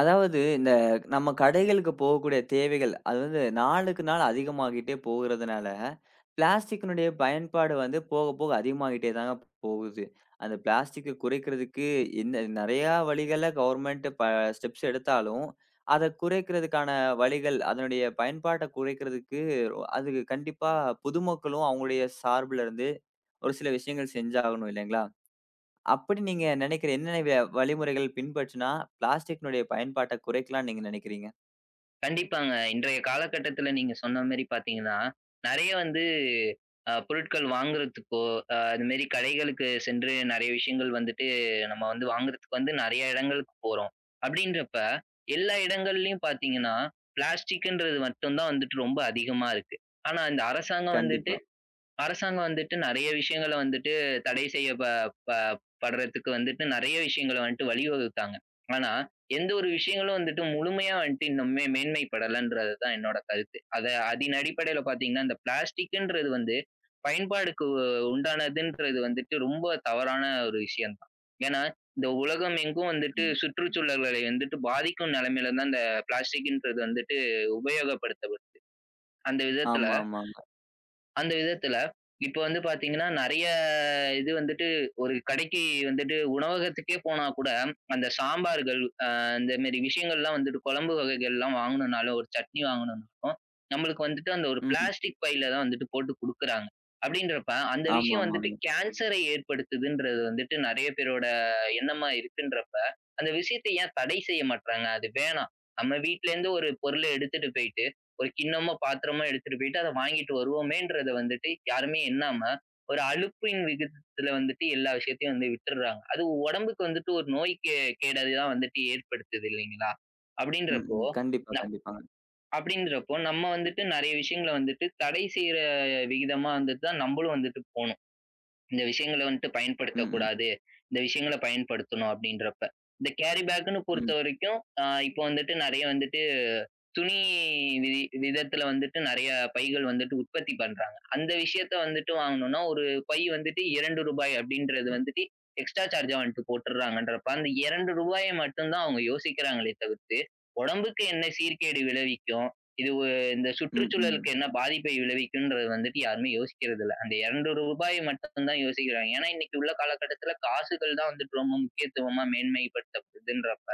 அதாவது, இந்த நம்ம கடைகளுக்கு போகக்கூடிய தேவைகள், அது வந்து நாளுக்கு நாள் அதிகமாகிட்டே போகுறதுனால, பிளாஸ்டிக்கினுடைய பயன்பாடு வந்து போக போக அதிகமாகிட்டே தாங்க போகுது. அந்த பிளாஸ்டிக்க குறைக்கிறதுக்கு இந்த நெறையா வழிகள கவர்மெண்ட் ஸ்டெப்ஸ் எடுத்தாலும், அத குறைக்கிறதுக்கான வழிகள், அதனுடைய பயன்பாட்ட குறைக்கிறதுக்கு அது கண்டிப்பா பொதுமக்களும் அவங்களுடைய சார்புல இருந்து ஒரு சில விஷயங்கள் செஞ்சாகணும் இல்லைங்களா? அப்படி நீங்க நினைக்கிற என்னென்ன வழிமுறைகள் பின்பற்றினா, பிளாஸ்டிக்கினுடைய பயன்பாட்ட குறைக்கலாம்னு நீங்க நினைக்கிறீங்க? கண்டிப்பாங்க. இன்றைய காலகட்டத்தில நீங்க சொன்ன மாரி பார்த்தீங்கன்னா, நெறைய வந்து பொருட்கள் வாங்குறதுக்கோ, அது மாரி கடைகளுக்கு சென்று நெறைய விஷயங்கள் வந்துட்டு நம்ம வந்து வாங்குறதுக்கு வந்து நெறைய இடங்களுக்கு போறோம். அப்படின்றப்ப எல்லா இடங்கள்லயும் பார்த்தீங்கன்னா, பிளாஸ்டிக்ன்றது மட்டும் தான் வந்துட்டு ரொம்ப அதிகமா இருக்கு. ஆனா இந்த அரசாங்கம் வந்துட்டு கண்டிப்பா. நெறைய விஷயங்கள வந்துட்டு தடை செய்ய ப ப படுறதுக்கு வந்துட்டு நெறைய விஷயங்கள வந்துட்டு வழிவகுத்தாங்க. ஆனா, எந்த ஒரு விஷயங்களும் வந்துட்டு முழுமையா வந்துட்டு இன்னுமே மேன்மைப்படலன்றது தான் என்னோட கருத்து. அதன் அடிப்படையில பார்த்தீங்கன்னா, இந்த பிளாஸ்டிக்ன்றது வந்து பயன்பாடுக்கு உண்டானதுன்றது வந்துட்டு ரொம்ப தவறான ஒரு விஷயம் தான். ஏன்னா, இந்த உலகம் எங்கும் வந்துட்டு ம். சுற்றுச்சூழல்களை வந்துட்டு பாதிக்கும் நெலைமையில தான் இந்த பிளாஸ்டிக்ன்றது வந்துட்டு உபயோகப்படுத்தப்படுது. அந்த விதத்தில ஆமா, ஆமாங்க. அந்த விதத்துல, இப்ப வந்து பாத்தீங்கன்னா, நெறைய இது வந்துட்டு ஒரு கடைக்கு வந்துட்டு உணவகத்துக்கே போனா கூட, அந்த சாம்பார்கள், இந்த மாரி விஷயங்கள்லாம் வந்துட்டு குழம்பு வகைகள்லாம் வாங்கணும்னாலும், ஒரு சட்னி வாங்கணும்னாலும், நம்மளுக்கு வந்துட்டு அந்த ஒரு ம். பிளாஸ்டிக் பையில தான் வந்துட்டு போட்டு குடுக்குறாங்க. அப்படின்றப்ப, அந்த ஆமா, விஷயம் வந்துட்டு ஆமாங்க. கேன்சரை ஏற்படுத்துதுன்றது வந்துட்டு நெறைய பேரோட எண்ணமா இருக்குன்றப்ப, அந்த விஷயத்த ஏன் தடை செய்ய மாட்றாங்க? அது வேணாம். நம்ம வீட்ல இருந்து ஒரு பொருள எடுத்துட்டு போயிட்டு ஒரு கிண்ணமோ, பாத்திரமோ எடுத்துட்டு போயிட்டு அத வாங்கிட்டு வருவோமேன்றத வந்துட்டு யாருமே எண்ணாம, ஒரு அலுப்பின் விகிதத்துல வந்துட்டு எல்லா விஷயத்தையும் வந்து விட்டுர்றாங்க. அது உடம்புக்கு வந்துட்டு ஒரு நோய் கேடது தான் வந்துட்டு ஏற்படுத்துது இல்லைங்களா? ம், அப்படின்றப்போ ம். கண்டிப்பா, ந கண்டிப்பாங்க. அப்படின்றப்போ நம்ம வந்துட்டு நெறைய விஷயங்கள வந்துட்டு தடை செய்ற விகிதமா வந்துட்டு தான் நம்மளும் வந்துட்டு போணும். இந்த விஷயங்கள வந்துட்டு ம், ம். பயன்படுத்தக்கூடாது. இந்த விஷயங்கள பயன்படுத்தணும் அப்படின்றப்ப. இந்த கேரி பேக்குன்னு ம். பொறுத்தவரைக்கும், இப்போ வந்துட்டு நெறைய வந்துட்டு துணி வி விதத்துல வந்துட்டு நெறைய பைகள் வந்துட்டு உற்பத்தி பண்றாங்க. அந்த விஷயத்த வந்துட்டு வாங்கணும்னா, ஒரு பை வந்துட்டு ரூ. 2 அப்படின்றது வந்துட்டு எக்ஸ்ட்ரா சார்ஜா வந்துட்டு போட்டுர்றாங்கன்றப்ப, அந்த ரூ. 2 மட்டும் தான் அவங்க யோசிக்கிறாங்களே தவிர்த்து, உடம்புக்கு என்ன சீர்கேடு விளைவிக்கும்? இது ஒ இந்த ம், சுற்றுச்சூழலுக்கு ம். என்ன பாதிப்பை விளைவிக்கும்ன்றது வந்துட்டு யாருமே யோசிக்கிறது இல்ல. அந்த ரூ. 2 மட்டும் தான் யோசிக்கிறாங்க. ஏன்னா, இன்னைக்கு உள்ள காலகட்டத்துல காசுகள் தான் வந்துட்டு ரொம்ப முக்கியத்துவமா மேன்மைப்படுத்தப்படுதுன்றப்ப,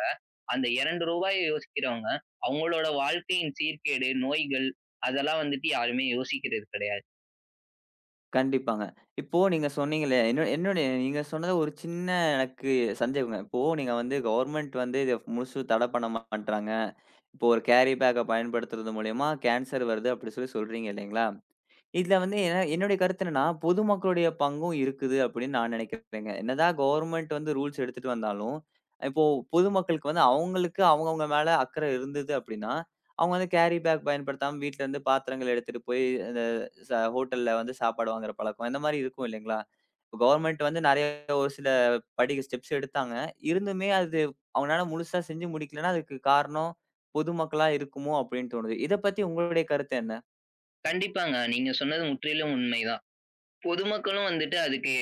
அந்த ரூ. 2 யோசிக்கிறவங்க அவங்களோட வாழ்க்கையின் சீர்கேடு, நோய்கள் அதெல்லாம் வந்துட்டு யாருமே யோசிக்கிறது கிடையாது. கண்டிப்பாங்க. இப்போ நீங்க சொன்னீங்களே, என்ன என்னுடைய நீங்க சொன்னது ஒரு சின்ன எனக்கு சந்தேகங்க. இப்போ நீங்க வந்து ம். கவர்மெண்ட் வந்து இத முழுசு தடை பண்ண மாட்றாங்க. இப்போ ஒரு கேரி பேக்க பயன்படுத்துறது மூலியமா கேன்சர் வருது அப்படி சொல்லி சொல்றீங்க இல்லைங்களா? இதுல உண்மைதான். வந்து என்ன என்னுடைய கருத்து என்னன்னா, பொதுமக்களுடைய பங்கும் இருக்குது அப்படின்னு நான் நினைக்கிறேங்க. என்னதான் கவர்ன்மென்ட் வந்து ரூல்ஸ் எடுத்துட்டு வந்தாலும், இப்போ பொதுமக்களுக்கு வந்து அவங்களுக்கு அவங்கவங்க மேல அக்கறை இருந்தது அப்படின்னா, அவங்க வந்து கேரி பேக் பயன்படுத்தாம வீட்ல இருந்து பாத்திரங்கள் எடுத்துட்டு போய் அந்த ஹோட்டல்ல வந்து சாப்பாடு வாங்குற பழக்கம் இந்த மாரி இருக்கும் இல்லைங்களா? கவர்ன்மென்ட் வந்து நெறைய ஒரு சில ஸ்டெப்ஸ் எடுத்தாங்க. இருந்துமே அது அவங்களால முழுசா செஞ்சு முடிக்கலன்னா, அதுக்கு காரணம் பொதுமக்களா இருக்குமோ அப்படின்னு தோணுது. இத பத்தி உங்களுடைய கருத்து என்ன? கண்டிப்பாங்க. நீங்க சொன்னது முற்றிலும் உண்மைதான். பொதுமக்களும் வந்துட்டு அதுக்கு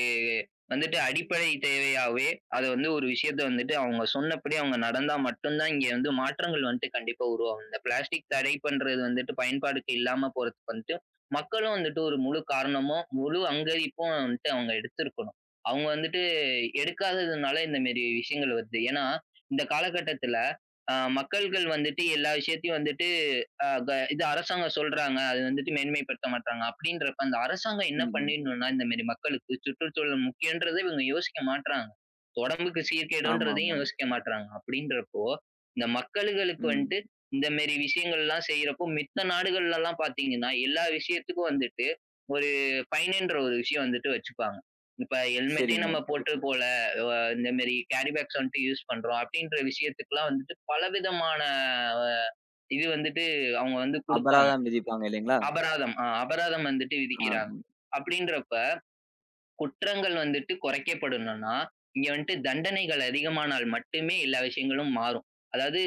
வந்துட்டு அடிப்படை தேவையாவே, அத வந்து ஒரு விஷயத்த வந்துட்டு அவங்க சொன்னபடி அவங்க நடந்தா மட்டும் தான் இங்க வந்து மாற்றங்கள் வந்துட்டு கண்டிப்பா உருவாகும். இந்த பிளாஸ்டிக் தடை பண்றது வந்துட்டு பயன்பாடுக்கு இல்லாம போறதுக்கு வந்துட்டு, மக்களும் வந்துட்டு ஒரு முழு காரணமும், முழு அங்கீகரிப்பும் வந்துட்டு அவங்க எடுத்திருக்கணும். அவங்க வந்துட்டு எடுக்காததுனால இந்த மாரி விஷயங்கள் வருது. ஏன்னா, இந்த காலகட்டத்தில மக்கள்கள் வந்துட்டு எல்லா விஷயத்தையும் வந்துட்டு அ க இது அரசாங்கம் சொல்றாங்க. அது வந்துட்டு மேன்மைப்படுத்த மாட்றாங்க. அப்படின்றப்ப அந்த அரசாங்கம் என்ன ம், ம். பண்ணிடணும்னா, இந்த மாரி மக்களுக்கு சுற்றுச்சூழல் முக்கியன்றத இவங்க யோசிக்க மாட்றாங்க. உடம்புக்கு சீர்கேடுன்றதையும் ஆமாமா. யோசிக்க மாட்றாங்க. அப்படின்றப்போ, இந்த மக்கள்களுக்கு ம். வந்துட்டு இந்த மாரி விஷயங்கள்லாம் செய்யறப்போ, மித்த நாடுகள்லலாம் பார்த்தீங்கன்னா, எல்லா விஷயத்துக்கும் வந்துட்டு ஒரு ஃபைனுன்ற ஒரு விஷயம் வந்துட்டு வச்சுப்பாங்க. இப்ப ஹெல்மெட்டே சரிங்க. நம்ம போட்டு கண்டிப்பா. போல, இந்த மாரி கேரி பேக்ஸ் வந்துட்டு யூஸ் பண்றோம் அப்படின்ற விஷயத்துக்குலாம் வந்துட்டு பலவிதமான அ இது வந்து அவங்க வந்து குடுப்பாங்க. அபராதம் விதிப்பாங்க இல்லைங்களா? அபராதம். அபராதம் வந்துட்டு ஆ. விதிக்கிறாங்க. அப்படின்றப்ப, குற்றங்கள் வந்துட்டு குறைக்கப்படணும்னா, இங்க வந்துட்டு தண்டனைகள் அதிகமானால் மட்டுமே எல்லா விஷயங்களும் மாறும். அதாவது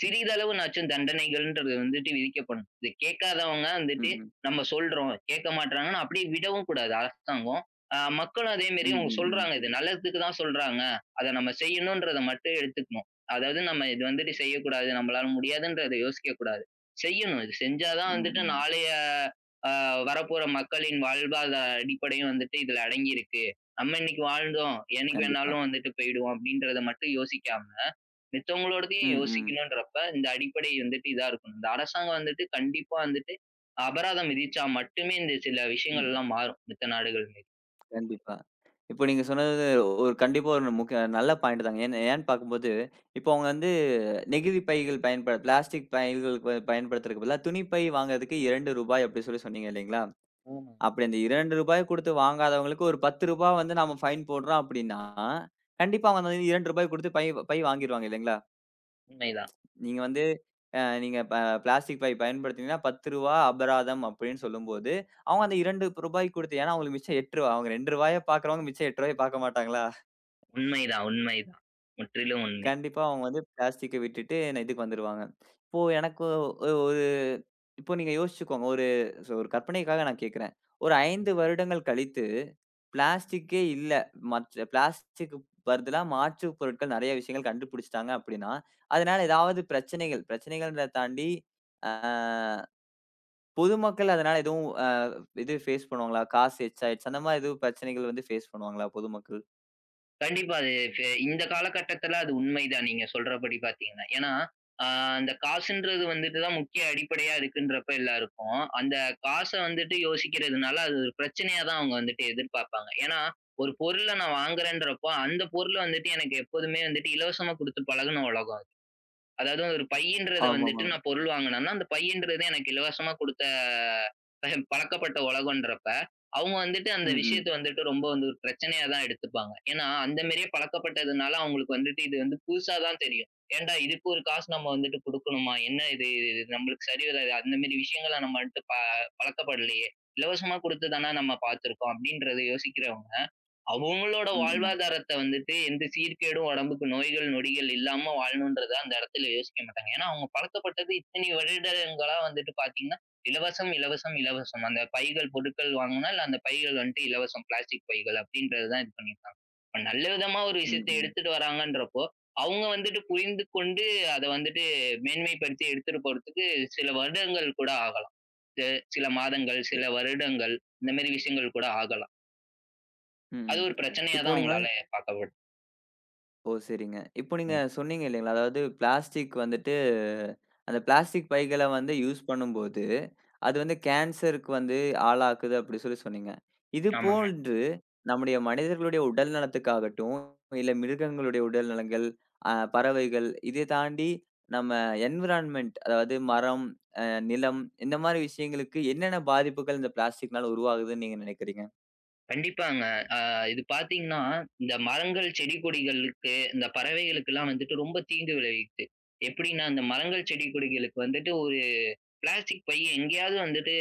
ம். சிறிதளவுனாச்சும் தண்டனைகள்ன்றது வந்துட்டு விதிக்கப்படும். இத கேட்காதவங்க ம். வந்துட்டு ம். நம்ம சொல்றோம், கேட்க மாட்றாங்கன்னா அப்படியே விடவும் கூடாது அரசாங்கம். மக்களும் அதே மாரி ம். அவங்க ம். சொல்றாங்க, இது நல்லதுக்கு தான் சொல்றாங்க. அத நம்ம செய்யணுன்றத மட்டும் எடுத்துக்கணும். அதாவது நம்ம இது வந்துட்டு செய்யக்கூடாது, நம்மளால முடியாதுன்றத யோசிக்கக்கூடாது. செய்யணும். இது செஞ்சா தான் ம். வந்துட்டு ம். நாளைய ஆ வரப்போற மக்களின் வாழ்வாதார அடிப்படையும் வந்துட்டு இதுல அடங்கியிருக்கு. நம்ம இன்னைக்கு வாழ்ந்தோம், என்னைக்கு கண்டிப்பா. வேணாலும் வந்துட்டு போயிடுவோம் அப்படின்றத மட்டும் யோசிக்காம, மித்தவங்களோடதையும் ம். ம். யோசிக்கணுன்றப்ப இந்த அடிப்படை வந்துட்டு இதா இருக்கணும். இந்த அரசாங்கம் வந்துட்டு கண்டிப்பா வந்துட்டு அபராதம் விதிச்சா மட்டுமே இந்த சில ம். விஷயங்கள்லாம் மாறும் மித்த நாடுகள் மேல். கண்டிப்பா. இப்ப நீங்க சொன்னது ஒரு கண்டிப்பா ஒரு முக்கிய நல்ல பாயிண்ட் தாங்க. ஏன் ஏன்னு பார்க்கும்போது, இப்போ அவங்க வந்து நெகிழி பைகள் பயன்பட பிளாஸ்டிக் பைகள் பயன்படுத்துறதுக்கு பதிலா துணிப்பை வாங்குறதுக்கு ரூ. 2 அப்படி சொல்லி சொன்னீங்க இல்லைங்களா? ஆமாங்க. அப்படி அந்த ரூ. 2 குடுத்து வாங்காதவங்களுக்கு ஒரு ரூ. 10 வந்து நாம ஃபைன் போடுறோம் அப்படின்னா, கண்டிப்பா அவங்க வந்து ரூ. 2 குடுத்து பை பை வாங்கிருவாங்க இல்லைங்களா? உண்மைதான், நீங்க வந்து நீங்க பிளாஸ்டிக் பை பயன்படுத்தினீங்கன்னா ரூ. 10 அபராதம் அப்படின்னு சொல்லும்போது, அவங்க அந்த ரூ. 2 கொடுத்து ஏன்னா அவங்களுக்கு மிச்சம் ரூ. 8 அவங்க ரூ. 2 பார்க்குறவங்க மிச்சம் ரூ. 8 பார்க்க மாட்டாங்களா? உண்மைதான், உண்மைதான். முற்றிலும் உண்மை. கண்டிப்பா அவங்க வந்து பிளாஸ்டிக்க விட்டுட்டு இதுக்கு வந்துருவாங்க. இப்போ எனக்கு ஒரு இப்போ நீங்க யோசிச்சுக்கோங்க. ஒரு கற்பனைக்காக நான் கேட்கிறேன். ஒரு 5 வருடங்கள் கழித்து பிளாஸ்டிக்கே இல்ல. மற்ற பிளாஸ்டிக்கு பதிலா மாற்று பொருட்கள் நெறைய விஷயங்கள் கண்டுபிடிச்சுட்டாங்க அப்படின்னா, அதனால ஏதாவது பிரச்சனைகள்ன்றத தாண்டி அ பொதுமக்கள் அதனால எதுவும் இது ஃபேஸ் பண்ணுவாங்களா? காசு எக்ஸ்ட்ரா ஆயிடுச்சு. அந்த மாரி எதுவும் பிரச்சனைகள் வந்து ஃபேஸ் பண்ணுவாங்களா பொதுமக்கள்? கண்டிப்பா. அது இந்த காலகட்டத்தில அது உண்மைதான் நீங்க சொல்றபடி பார்த்தீங்கன்னா. ஏன்னா, அ அந்த காசுன்றது வந்துட்டு தான் முக்கிய அடிப்படையா இருக்குன்றப்ப எல்லாருக்கும், அந்த காச வந்துட்டு யோசிக்கிறதுனால அது ஒரு பிரச்சனையா தான் அவங்க வந்துட்டு எதிர்பார்ப்பாங்க. ஏன்னா, ஒரு பொருள நான் வாங்குறேன்றப்போ, அந்த பொருள் வந்துட்டு எனக்கு எப்போதுமே வந்துட்டு இலவசமா குடுத்து பழகுன உலகம் அது. அதாவது ஒரு பையின்றத வந்துட்டு ஆமாமாங்க. நான் பொருள் வாங்குனேன்னா, அந்த பையின்றது எனக்கு இலவசமா குடுத்த பழக்கப்பட்ட உலகம்ன்றப்ப, அவங்க வந்துட்டு அந்த ம், விஷயத்த ம். வந்துட்டு ரொம்ப வந்து ஒரு பிரச்சனையா தான் எடுத்துப்பாங்க. ஏன்னா, அந்த மாரியே பழக்கப்பட்டதுனால அவங்களுக்கு வந்துட்டு இது வந்து புதுசா தான் தெரியும். ஏன்டா இதுக்கு ஒரு காசு நம்ம வந்துட்டு குடுக்கணுமா? என்ன இது இது இது நம்மளுக்கு சரி வராது. அந்த மாரி விஷயங்கள நம்ம வந்துட்டு பழக்கப்படலையே. இலவசமா குடுத்து தான நம்ம பார்த்துருக்கோம். அப்படின்றத யோசிக்கிறவங்க அவங்களோட ம். ம். வாழ்வாதாரத்த வந்துட்டு எந்த சீர்கேடும், உடம்புக்கு நோய்கள், நொடிகள் இல்லாம வாழணுன்றத அந்த இடத்துல யோசிக்க மாட்டாங்க. ஏன்னா, அவங்க பழக்கப்பட்டது இத்தனை வருடங்களா வந்துட்டு பார்த்தீங்கன்னா, இலவசம், இலவசம், இலவசம். அந்த பைகள், பொருட்கள் வாங்குனால் அந்த பைகள் வந்துட்டு இலவசம். பிளாஸ்டிக் பைகள் அப்படின்றது தான் இது பண்ணியிருக்காங்க. இப்ப நல்ல விதமா ஒரு ம், விஷயத்த ம். எடுத்துட்டு வராங்கன்றப்போ, அவங்க வந்துட்டு புரிந்து கொண்டு அத வந்துட்டு மேன்மைப்படுத்தி எடுத்துட்டு போறதுக்கு சில வருடங்கள் கூட ஆகலாம். து சில மாதங்கள், சில வருடங்கள் இந்த மாரி விஷயங்கள் கூட ஆகலாம். ம், அது ம். ஒரு பிரச்சனையா இப்போ தான் நீங்க. உங்களால பார்க்கப்படும். ஓ! சரிங்க. இப்போ நீங்க ம். சொன்னீங்க இல்லைங்களா? அதாவது பிளாஸ்டிக் வந்துட்டு அந்த பிளாஸ்டிக் பைகள வந்து யூஸ் பண்ணும்போது, அது வந்து கேன்சருக்கு வந்து ஆளாக்குது அப்படி சொல்லி சொன்னீங்க. இது ஆமாங்க. போன்று நம்முடைய மனிதர்களுடைய உடல் நலத்துக்காகட்டும், இல்ல மிருகங்களுடைய உடல் நலங்கள், பறவைகள் இதை தாண்டி நம்ம என்விரான்மென்ட் அதாவது மரம், அ நிலம் இந்த மாரி விஷயங்களுக்கு என்னென்ன பாதிப்புகள் இந்த பிளாஸ்டிக்னால உருவாகுதுன்னு நீங்க நினைக்கிறீங்க? கண்டிப்பாங்க. அ இது பார்த்தீங்கன்னா, இந்த மரங்கள், செடி கொடிகளுக்கு, இந்த பறவைகளுக்கெல்லாம் வந்துட்டு ரொம்ப தீங்கு விளைவிக்குது. எப்படின்னா, இந்த மரங்கள், செடி கொடிகளுக்கு வந்துட்டு ஒரு பிளாஸ்டிக் பை எங்கேயாவது வந்துட்டு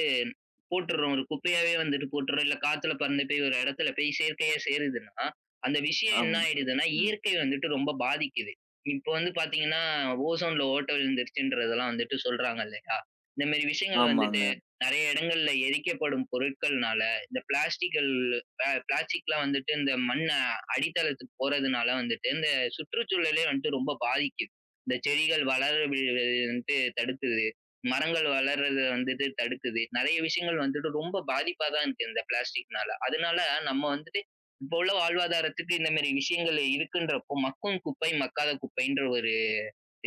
போட்டுர்றோம். ஒரு குப்பையாவே வந்துட்டு போட்டுர்றோம். இல்ல காத்துல பறந்து போய் ஒரு இடத்துல போய் செயற்கையா சேருதுன்னா, அந்த விஷயம் என்ன ஆம். ஆயிடுதுன்னா, ம். இயற்கை வந்துட்டு ரொம்ப பாதிக்குது. இப்போ வந்து பார்த்தீங்கன்னா, ஓசோன்ல ஓட்டை விழுந்துருச்சுன்றதெல்லாம் வந்துட்டு சொல்றாங்க இல்லையா? இந்த மாரி விஷயங்கள் வந்துட்டு ஆமாங்க. நெறைய இடங்கள்ல எரிக்கப்படும் பொருட்கள்னால, இந்த பிளாஸ்டிக்கள் பிளாஸ்டிக்லாம் வந்துட்டு இந்த மண் அடித்தளத்துக்கு போறதுனால வந்துட்டு, இந்த சுற்றுச்சூழலே வந்துட்டு ரொம்ப பாதிக்குது. இந்த செடிகள் வளர விடுறது வந்துட்டு தடுக்குது. மரங்கள் வளர்றத வந்துட்டு தடுக்குது. நெறைய விஷயங்கள் வந்துட்டு ரொம்ப பாதிப்பா தான் இருக்கு இந்த பிளாஸ்டிக்னால. அதனால நம்ம வந்துட்டு இப்போ உள்ள வாழ்வாதாரத்துக்கு இந்த மாரி விஷயங்கள் இருக்குன்றப்போ, மக்கும் குப்பை, மக்காத குப்பைன்ற ஒரு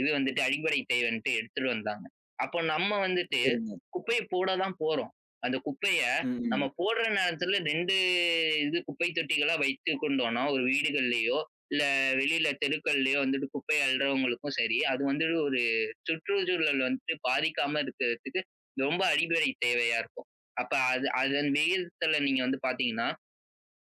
இது வந்துட்டு அடிப்படை தேவைன்ட்டு எடுத்துட்டு வந்தாங்க. அப்போ நம்ம வந்துட்டு சரிங்க. குப்பைய போட தான் போறோம். அந்த குப்பைய ம். நம்ம ம். போடுற நேரத்துல 2 இது குப்பை தொட்டிகளா வைத்துக் கொண்டோம்னா, ஒரு வீடுகள்லயோ, இல்ல வெளியில தெருக்கள்லயோ வந்துட்டு குப்பை அள்றவங்களுக்கும் சரி, அது வந்துட்டு ஒரு சுற்றுச்சூழல் வந்துட்டு பாதிக்காம இருக்கிறதுக்கு ரொம்ப அடிப்படை தேவையா இருக்கும். அப்ப அது அதன் விகிதத்துல நீங்க வந்து பார்த்தீங்கன்னா,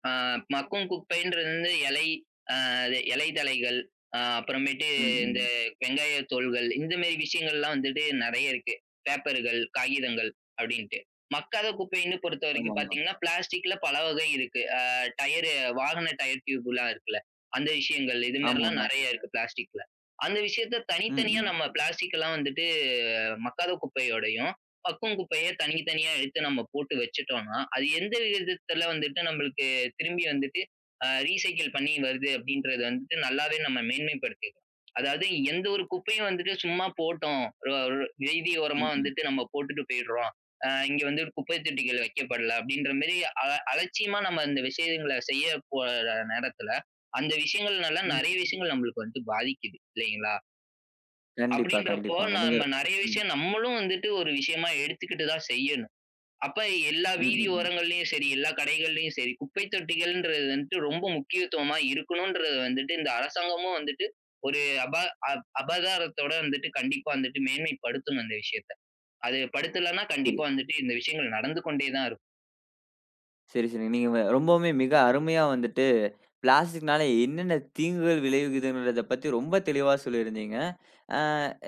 ஆ மக்கும் குப்பைன்றது வந்து இலை, அ அது இலை தழைகள், அப்புறமேட்டு ம், இந்த ம். வெங்காய தோல்கள், இந்த மாரி விஷயங்கள்லாம் வந்துட்டு நெறைய இருக்கு. பேப்பர்கள், காகிதங்கள் அப்டின்ட்டு. மக்காத குப்பைன்னு பொறுத்தவரைக்கும் ஆமாமா. பார்த்தீங்கன்னா, பிளாஸ்டிக்ல பல வகை இருக்கு. அ டயரு வாகன டயர் டியூப்லாம் இருக்குல்ல, அந்த விஷயங்கள் இது மாரிலாம் ஆமாங்க. நெறைய இருக்கு பிளாஸ்டிக்ல. அந்த விஷயத்த ம். தனித்தனியா ம். நம்ம பிளாஸ்டிக்லாம் வந்துட்டு மக்காத குப்பையோடையும், பக்குவம் குப்பைய தனித்தனியா எடுத்து நம்ம போட்டு வச்சுட்டோம்னா, அது எந்த விதத்துல வந்துட்டு நம்மளுக்கு திரும்பி வந்துட்டு ரீசைக்கிள் பண்ணி வருது அப்படின்றது வந்துட்டு நல்லாவே நம்ம மேன்மைப்படுத்திக்கலாம். அதாவது எந்த ஒரு குப்பையும் வந்துட்டு சும்மா போட்டோம். ஒரு ஒரு வீதி ஓரமா ம், ம். வந்துட்டு நம்ம போட்டுட்டு போயிடுறோம். இங்க வந்து குப்பை தொட்டிகள் வைக்கப்படல அப்படின்ற மாரி அ அலட்சியமா நம்ம அந்த விஷயங்கள செய்ய போற நேரத்துல, அந்த விஷயங்கள்னால ம். நெறைய விஷயங்கள் நம்மளுக்கு வந்து பாதிக்குது இல்லைங்களா? கண்டிப்பா, அப்படின்றப்போ கண்டிப்பாங்க. நீங்க. நம்ம நெறைய ம். விஷயம் நம்மளும் வந்துட்டு ஒரு விஷயமா எடுத்துக்கிட்டு தான் செய்யணும். அப்ப எல்லா ம், ம், வீதி ம். ஓரங்கள்லயும் சரி, எல்லா கடைகள்லயும் சரி, குப்பை தொட்டிகள்ன்றது வந்துட்டு ரொம்ப முக்கியத்துவமா இருக்கணும்ன்றது வந்துட்டு இந்த அரசாங்கமும் வந்துட்டு ஒரு அபா அ அபராதத்தோட வந்துட்டு கண்டிப்பா வந்துட்டு மேன்மைப்படுத்தணும் இந்த விஷயத்த. அது படுத்தலன்னா புரி கண்டிப்பா வந்துட்டு இந்த விஷயங்கள் நடந்து கொண்டே தான் இருக்கும். சரி, சரி. நீங்க ரொம்பவுமே மிக அருமையா வந்துட்டு பிளாஸ்டிக்னால என்னென்ன தீங்குகள் விளைவுகிறதுங்கிறத பத்தி ரொம்ப தெளிவா சொல்லியிருந்தீங்க. அ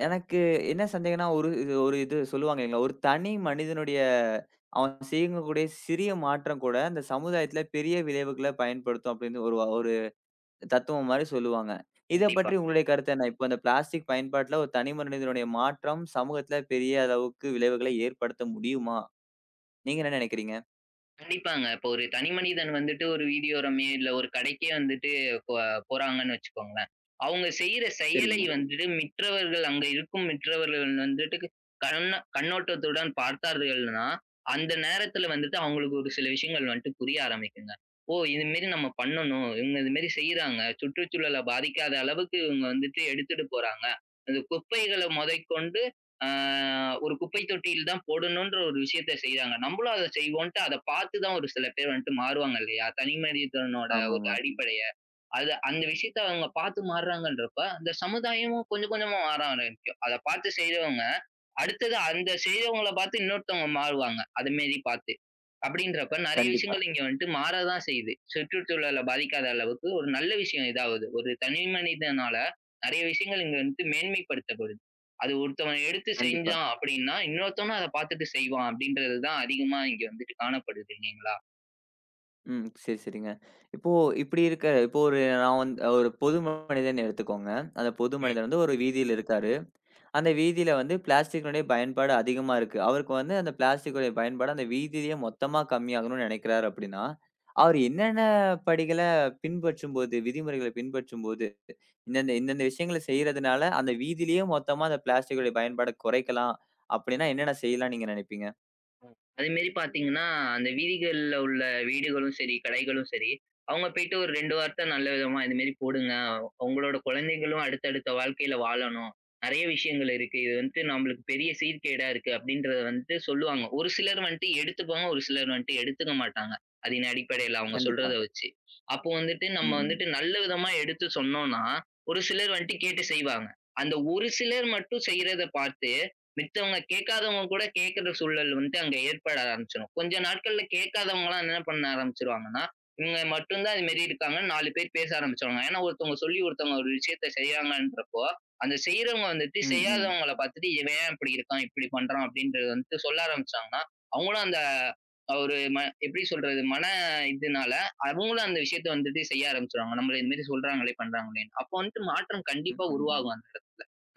எனக்கு என்ன சந்தேகம்னா, ஒரு இது சொல்லுவாங்க இல்லைங்களா, ஒரு தனி மனிதனுடைய அவன் செய்யக்கூடிய சிறிய மாற்றம் கூட அந்த சமுதாயத்தில பெரிய விளைவுகள பயன்படுத்தும் அப்படின்னு ஒரு தத்துவம் மாரி சொல்லுவாங்க. இத கண்டிப்பா. பற்றி உங்களுடைய கருத்து என்ன? இப்ப இந்த பிளாஸ்டிக் பயன்பாட்டுல ஒரு தனி மனிதனுடைய மாற்றம் சமூகத்துல பெரிய அளவுக்கு விளைவுகளை ஏற்படுத்த முடியுமா? நீங்க என்ன நெனைக்கிறீங்க? கண்டிப்பாங்க. இப்போ ஒரு தனி மனிதன் வந்துட்டு ஒரு வீடியோரமே இல்ல ஒரு கடைக்கே வந்துட்டு போ போறாங்கன்னு வச்சுக்கோங்களேன். அவங்க செய்ற செயலை சரிங்க. வந்துட்டு அங்க இருக்கும் மற்றவர்கள் வந்துட்டு கண்ணோட்டத்துடன் பார்த்தார்கள்னா, அந்த நேரத்துல வந்துட்டு அவங்களுக்கு ஒரு சில விஷயங்கள் வந்துட்டு புரிய ஆரம்பிக்குங்க. ஓ! இது மாரி நம்ம பண்ணணும். இவங்க இது மாரி செய்றாங்க. சுற்றுச்சூழல பாதிக்காத அளவுக்கு இவங்க வந்துட்டு எடுத்துட்டு போறாங்க. அந்த குப்பைகள முதற்கொண்டு ஆ ஒரு குப்பை தொட்டியில் தான் போடணுன்ற ஒரு விஷயத்த செய்றாங்க. நம்மளும் அத செய்வோன்ட்டு அத பார்த்து தான் ஒரு சில பேர் வந்துட்டு மாறுவாங்க இல்லையா? தனி மனிதனோட ஒரு ஆமாமா. அடிப்படைய. அது அந்த விஷயத்த அவங்க பார்த்து மாறுறாங்கன்றப்ப, அந்த சமுதாயமும் கொஞ்சம் கொஞ்சமா மாற ஆரம்பிக்கும். அத பார்த்து செய்றவங்க அடுத்தது அந்த செய்றவங்கள பார்த்து இன்னொருத்தவங்க மாறுவாங்க. அது மாரி பார்த்து. அப்படின்றப்ப நெறைய கண்டிப்பா, விஷயங்கள் இங்க வந்துட்டு மாறதான் செய்யுது. சுற்றுச்சூழல பாதிக்காத அளவுக்கு ஒரு நல்ல விஷயம் இதாவுது. ஒரு தனி மனிதனால நெறைய விஷயங்கள் இங்க வந்துட்டு மேன்மைப்படுத்தப்படுது. அது ஒருத்தவன் எடுத்து கண்டிப்பா. செஞ்சான் அப்படின்னா, இன்னொருத்தவனும் அத பார்த்துட்டு செய்வான் அப்படின்றது தான் அதிகமா இங்க வந்துட்டு காணப்படுது இல்லைங்களா? ம். சரி, சரிங்க. இப்போ இப்டி இருக்க இப்போ ஒரு நான் வந்து ஒரு பொது மனிதன் எடுத்துக்கோங்க. அந்த பொது ம். மனிதன் வந்து ஒரு வீதியில இருக்காரு. அந்த வீதியில வந்து பிளாஸ்டிக்கினுடைய பயன்பாடு அதிகமா இருக்கு. அவருக்கு வந்து அந்த பிளாஸ்டிக்குடைய பயன்பாடு அந்த வீதியிலேயே மொத்தமா கம்மியாகணும்னு நினைக்கிறாரு அப்படின்னா, அவரு என்னென்ன படிகள பின்பற்றும்போது, விதிமுறைகள பின்பற்றும்போது, இந்தந்த இந்தந்த விஷயங்கள செய்றதுனால, அந்த வீதியிலேயே மொத்தமா அந்த பிளாஸ்டிக்குடைய பயன்பாட குறைக்கலாம் அப்படின்னா, என்னென்ன செய்யலாம்னு நீங்க நினைப்பீங்க? ம். அதேமாரி பார்த்தீங்கன்னா, அந்த வீதிகள்ல உள்ள வீடுகளும் சரி, கடைகளும் சரி, அவங்க போயிட்டு ஒரு 2 வார்த்த நல்ல விதமா "இது மாரி போடுங்க. உங்களோட குழந்தைகளும் அடுத்தடுத்த வாழ்க்கையில வாழணும். நெறைய விஷயங்கள் இருக்கு. இது வந்துட்டு நம்மளுக்கு பெரிய சீர்கேடா இருக்கு." அப்படின்றத வந்துட்டு சொல்லுவாங்க. ஒரு சிலர் வந்துட்டு எடுத்துப்பாங்க. ஒரு சிலர் வந்துட்டு எடுத்துக்க மாட்டாங்க. அதன் அடிப்படையில அவங்க கண்டிப்பா. சொல்றத வச்சு. அப்போ வந்துட்டு ம், நம்ம ம். வந்துட்டு நல்ல விதமா எடுத்து சொன்னோம்னா, ஒரு சிலர் வந்துட்டு கேட்டு செய்வாங்க. அந்த ஒரு சிலர் மட்டும் செய்றத பார்த்து மித்தவங்க கேட்காதவங்க கூட கேட்கிற சூழல் வந்து அங்க ஏற்பட ஆரம்பிச்சுரும். கொஞ்ச நாட்கள்ல கேட்காதவங்கலாம் என்ன பண்ண ஆரம்பிச்சுருவாங்கன்னா, இவங்க மட்டும் தான் இது மாரி இருக்காங்கன்னு 4 பேர் பேச ஆரம்பிச்சுருவாங்க. ஏன்னா ஒருத்தவங்க சொல்லி ஒருத்தவங்க ஒரு விஷயத்த செய்றாங்கன்றப்போ, அந்த செய்றவங்க வந்துட்டு ம். ம். செய்யாதவங்கள பார்த்துட்டு, "இவன் ஏன் இப்படி இருக்கான்? இப்படி பண்றான்?" அப்படின்றது வந்துட்டு சொல்ல ஆரம்பிச்சாங்கன்னா, அவங்களும் அந்த ஒரு எப்படி சொல்றது? இதுனால அவங்களும் அந்த விஷயத்த வந்துட்டு செய்ய ஆரம்பிச்சுருவாங்க. நம்மள இது மாரி சொல்றாங்களே, பண்றாங்களேன்னு. அப்போ வந்துட்டு மாற்றம் ம், கண்டிப்பா ம், ம். உருவாகும்.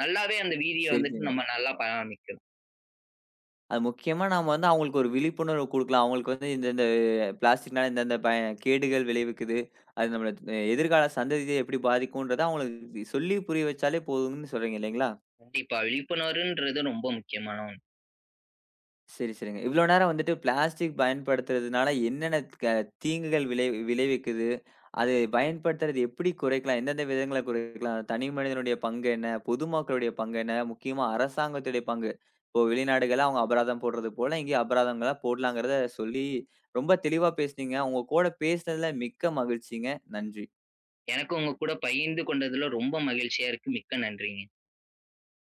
நல்லாவே அந்த வீதிய சரி, சரி. வந்துட்டு நம்ம நல்லா பராமரிக்கலாம். அது முக்கியமா நாம வந்து அவங்களுக்கு ஒரு விழிப்புணர்வு குடுக்கலாம். அவங்களுக்கு வந்து இந்த இந்த பிளாஸ்டிக்னால இந்த இந்த கேடுகள் விளைவிக்குது. அது நம்மள எதிர்கால சந்ததிய எப்படி பாதிக்கும்ன்றத அவங்களுக்கு சொல்லி புரிய வச்சாலே போதும்னு சொல்றீங்க இல்லைங்களா? கண்டிப்பா. விழிப்புணர்வுன்றது ரொம்ப முக்கியமான ஒண்ணு. சரி, சரிங்க. இவ்ளோ நேரம் வந்துட்டு பிளாஸ்டிக் பயன்படுத்துறதுனால என்னென்ன தீங்குகள் விளைவிக்குது? அது பயன்படுத்துறத எப்படி குறைக்கலாம்? எந்தெந்த விதங்கள குறைக்கலாம்? தனி மனிதனுடைய பங்கு என்ன? பொதுமக்களுடைய பங்கு என்ன? முக்கியமா அரசாங்கத்துடைய பங்கு. இப்போ வெளிநாடுகள்ல அவங்க அபராதம் போடுறது போல, இங்கேயும் அபராதங்கள போடலாங்கிறத சொல்லி ரொம்ப தெளிவா பேசுனீங்க. உங்க கூட பேசுனதுல மிக்க மகிழ்ச்சிங்க. நன்றி. எனக்கும் உங்க கூட பகிர்ந்து கொண்டதுல ரொம்ப மகிழ்ச்சியா இருக்கு. மிக்க நன்றிங்க.